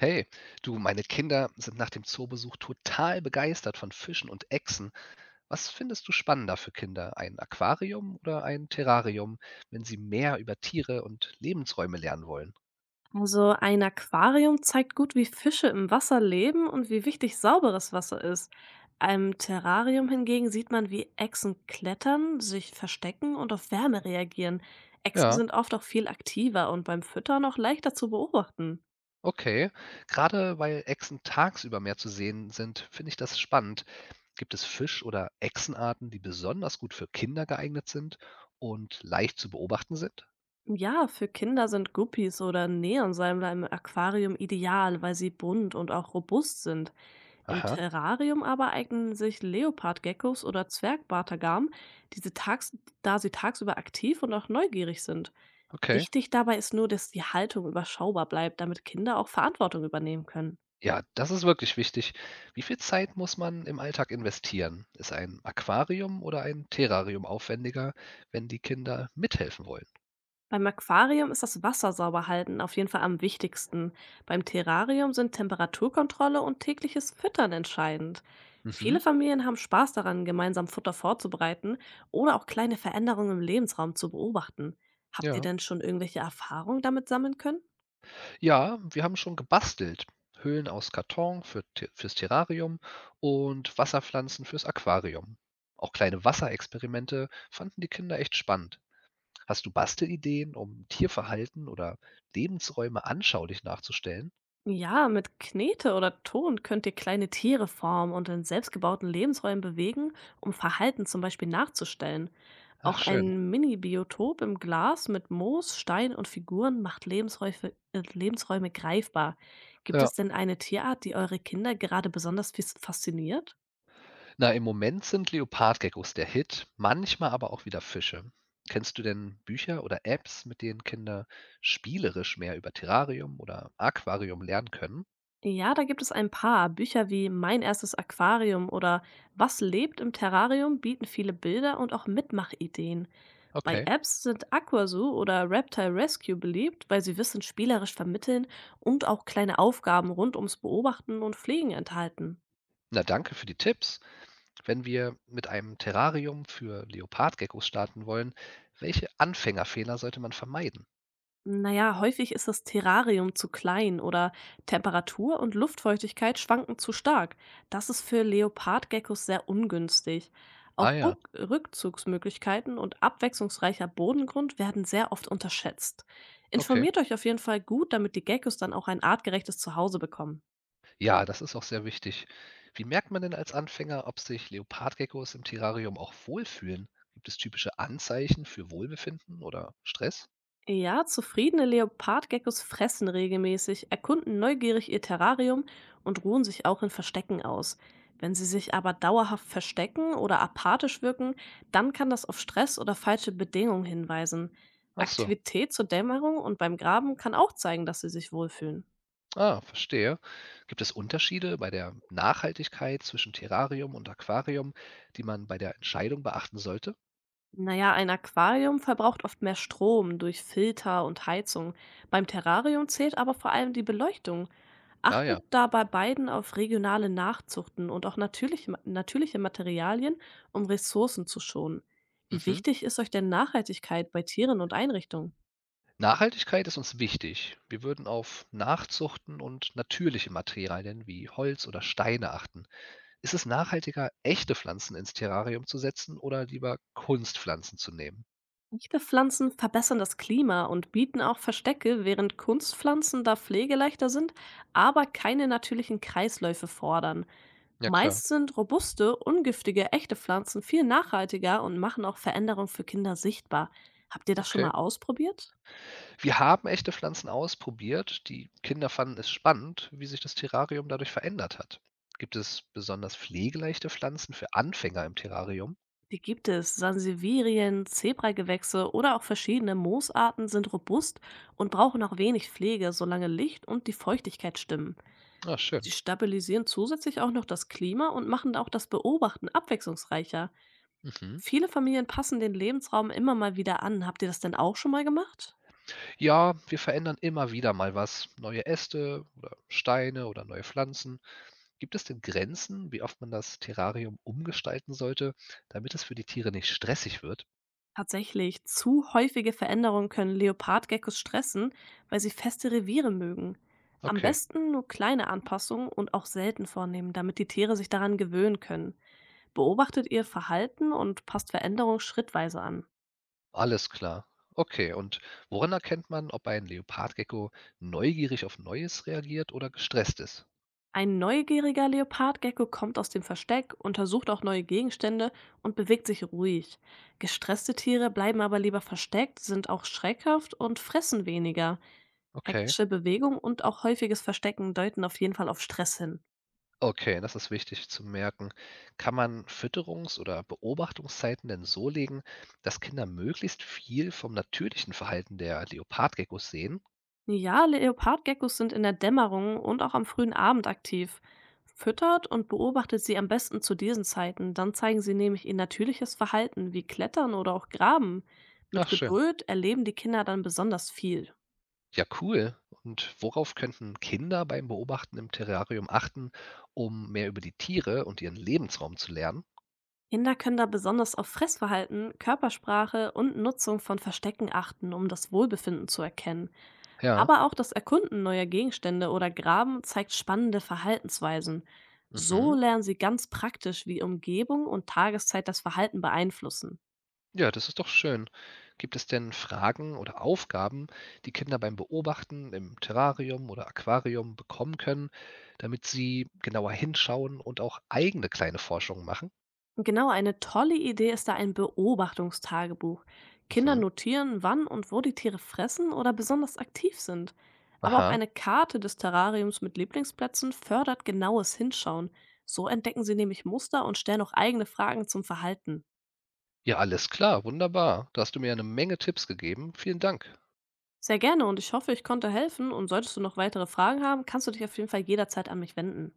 Hey, du, meine Kinder sind nach dem Zoobesuch total begeistert von Fischen und Echsen. Was findest du spannender für Kinder, ein Aquarium oder ein Terrarium, wenn sie mehr über Tiere und Lebensräume lernen wollen? Also ein Aquarium zeigt gut, wie Fische im Wasser leben und wie wichtig sauberes Wasser ist. Im Terrarium hingegen sieht man, wie Echsen klettern, sich verstecken und auf Wärme reagieren. Echsen Ja, sind oft auch viel aktiver und beim Füttern auch leichter zu beobachten. okay. Gerade weil Echsen tagsüber mehr zu sehen sind, finde ich das spannend. Gibt es Fisch- oder Echsenarten, die besonders gut für Kinder geeignet sind und leicht zu beobachten sind? Ja, für Kinder sind Guppies oder Neonsalmler im Aquarium ideal, weil sie bunt und auch robust sind. Im Aha, Terrarium aber eignen sich Leopardgeckos oder Zwergbartagamen, diese tags da sie tagsüber aktiv und auch neugierig sind. okay. Wichtig dabei ist nur, dass die Haltung überschaubar bleibt, damit Kinder auch Verantwortung übernehmen können. Ja, das ist wirklich wichtig. Wie viel Zeit muss man im Alltag investieren? Ist ein Aquarium oder ein Terrarium aufwendiger, wenn die Kinder mithelfen wollen? Beim Aquarium ist das Wasser sauber halten auf jeden Fall am wichtigsten. Beim Terrarium sind Temperaturkontrolle und tägliches Füttern entscheidend. Viele Mhm, Familien haben Spaß daran, gemeinsam Futter vorzubereiten oder auch kleine Veränderungen im Lebensraum zu beobachten. Habt ihr ja. denn schon irgendwelche Erfahrungen damit sammeln können? Ja, wir haben schon gebastelt. Höhlen aus Karton fürs Terrarium und Wasserpflanzen fürs Aquarium. Auch kleine Wasserexperimente fanden die Kinder echt spannend. Hast du Bastelideen, um Tierverhalten oder Lebensräume anschaulich nachzustellen? Ja, mit Knete oder Ton könnt ihr kleine Tiere formen und in selbstgebauten Lebensräumen bewegen, um Verhalten zum Beispiel nachzustellen. Ach, Auch schön. ein Mini-Biotop im Glas mit Moos, Stein und Figuren macht Lebensräume greifbar. Gibt es Ja. denn eine Tierart, die eure Kinder gerade besonders fasziniert? Na, im Moment sind Leopardgeckos der Hit, manchmal aber auch wieder Fische. Kennst du denn Bücher oder Apps, mit denen Kinder spielerisch mehr über Terrarium oder Aquarium lernen können? Ja, da gibt es ein paar. Bücher wie Mein erstes Aquarium oder Was lebt im Terrarium bieten viele Bilder und auch Mitmachideen. Bei Okay. Apps sind Aquazoo oder Reptile Rescue beliebt, weil sie Wissen spielerisch vermitteln und auch kleine Aufgaben rund ums Beobachten und Pflegen enthalten. Na, danke für die Tipps. Wenn wir mit einem Terrarium für Leopardgeckos starten wollen, welche Anfängerfehler sollte man vermeiden? Naja, häufig ist das Terrarium zu klein oder Temperatur und Luftfeuchtigkeit schwanken zu stark. Das ist für Leopardgeckos sehr ungünstig. Auch Ah ja, Ruck Rückzugsmöglichkeiten und abwechslungsreicher Bodengrund werden sehr oft unterschätzt. okay. Informiert euch auf jeden Fall gut, damit die Geckos dann auch ein artgerechtes Zuhause bekommen. Ja, das ist auch sehr wichtig. Wie merkt man denn als Anfänger, ob sich Leopardgeckos im Terrarium auch wohlfühlen? Gibt es typische Anzeichen für Wohlbefinden oder Stress? Ja, zufriedene Leopardgeckos fressen regelmäßig, erkunden neugierig ihr Terrarium und ruhen sich auch in Verstecken aus. Wenn sie sich aber dauerhaft verstecken oder apathisch wirken, dann kann das auf Stress oder falsche Bedingungen hinweisen. Ach so. Aktivität zur Dämmerung und beim Graben kann auch zeigen, dass sie sich wohlfühlen. Ah, verstehe. Gibt es Unterschiede bei der Nachhaltigkeit zwischen Terrarium und Aquarium, die man bei der Entscheidung beachten sollte? Naja, ein Aquarium verbraucht oft mehr Strom durch Filter und Heizung. Beim Terrarium zählt aber vor allem die Beleuchtung. Ah Achtet ja. da bei beiden auf regionale Nachzuchten und auch natürliche Materialien, um Ressourcen zu schonen. Wie Mhm. wichtig ist euch denn Nachhaltigkeit bei Tieren und Einrichtungen? Nachhaltigkeit ist uns wichtig. Wir würden auf Nachzuchten und natürliche Materialien wie Holz oder Steine achten. Ist es nachhaltiger, echte Pflanzen ins Terrarium zu setzen oder lieber Kunstpflanzen zu nehmen? Echte Pflanzen verbessern das Klima und bieten auch Verstecke, während Kunstpflanzen da pflegeleichter sind, aber keine natürlichen Kreisläufe fordern. Ja klar. Meist sind robuste, ungiftige, echte Pflanzen viel nachhaltiger und machen auch Veränderungen für Kinder sichtbar. Habt ihr das schon Okay. mal ausprobiert? Wir haben echte Pflanzen ausprobiert. Die Kinder fanden es spannend, wie sich das Terrarium dadurch verändert hat. Gibt es besonders pflegeleichte Pflanzen für Anfänger im Terrarium? Die gibt es. Sansevierien, Zebragewächse oder auch verschiedene Moosarten sind robust und brauchen auch wenig Pflege, solange Licht und die Feuchtigkeit stimmen. Ah, Sie schön. stabilisieren zusätzlich auch noch das Klima und machen auch das Beobachten abwechslungsreicher. Mhm. Viele Familien passen den Lebensraum immer mal wieder an. Habt ihr das denn auch schon mal gemacht? Ja, wir verändern immer wieder mal was. Neue Äste oder Steine oder neue Pflanzen. Gibt es denn Grenzen, wie oft man das Terrarium umgestalten sollte, damit es für die Tiere nicht stressig wird? Tatsächlich, zu häufige Veränderungen können Leopardgeckos stressen, weil sie feste Reviere mögen. Am Okay. besten nur kleine Anpassungen und auch selten vornehmen, damit die Tiere sich daran gewöhnen können. Beobachtet ihr Verhalten und passt Veränderungen schrittweise an. Alles klar. Okay, und woran erkennt man, ob ein Leopardgecko neugierig auf Neues reagiert oder gestresst ist? Ein neugieriger Leopardgecko kommt aus dem Versteck, untersucht auch neue Gegenstände und bewegt sich ruhig. Gestresste Tiere bleiben aber lieber versteckt, sind auch schreckhaft und fressen weniger. Okay. Hektische Bewegung und auch häufiges Verstecken deuten auf jeden Fall auf Stress hin. Okay, das ist wichtig zu merken. Kann man Fütterungs- oder Beobachtungszeiten denn so legen, dass Kinder möglichst viel vom natürlichen Verhalten der Leopardgeckos sehen? Ja, Leopardgeckos sind in der Dämmerung und auch am frühen Abend aktiv. Füttert und beobachtet sie am besten zu diesen Zeiten, dann zeigen sie nämlich ihr natürliches Verhalten wie Klettern oder auch Graben. Mit Ach schön. Geduld erleben die Kinder dann besonders viel. Ja, cool. Und worauf könnten Kinder beim Beobachten im Terrarium achten, um mehr über die Tiere und ihren Lebensraum zu lernen? Kinder können da besonders auf Fressverhalten, Körpersprache und Nutzung von Verstecken achten, um das Wohlbefinden zu erkennen. Ja. Aber auch das Erkunden neuer Gegenstände oder Graben zeigt spannende Verhaltensweisen. So Mhm. lernen sie ganz praktisch, wie Umgebung und Tageszeit das Verhalten beeinflussen. Ja, das ist doch schön. Gibt es denn Fragen oder Aufgaben, die Kinder beim Beobachten im Terrarium oder Aquarium bekommen können, damit sie genauer hinschauen und auch eigene kleine Forschungen machen? Genau, eine tolle Idee ist da ein Beobachtungstagebuch. Kinder Mhm. notieren, wann und wo die Tiere fressen oder besonders aktiv sind. Aber auch Aha. eine Karte des Terrariums mit Lieblingsplätzen fördert genaues Hinschauen. So entdecken sie nämlich Muster und stellen auch eigene Fragen zum Verhalten. Ja, alles klar, wunderbar. Da hast du mir eine Menge Tipps gegeben. Vielen Dank. Sehr gerne, und ich hoffe, ich konnte helfen, und solltest du noch weitere Fragen haben, kannst du dich auf jeden Fall jederzeit an mich wenden.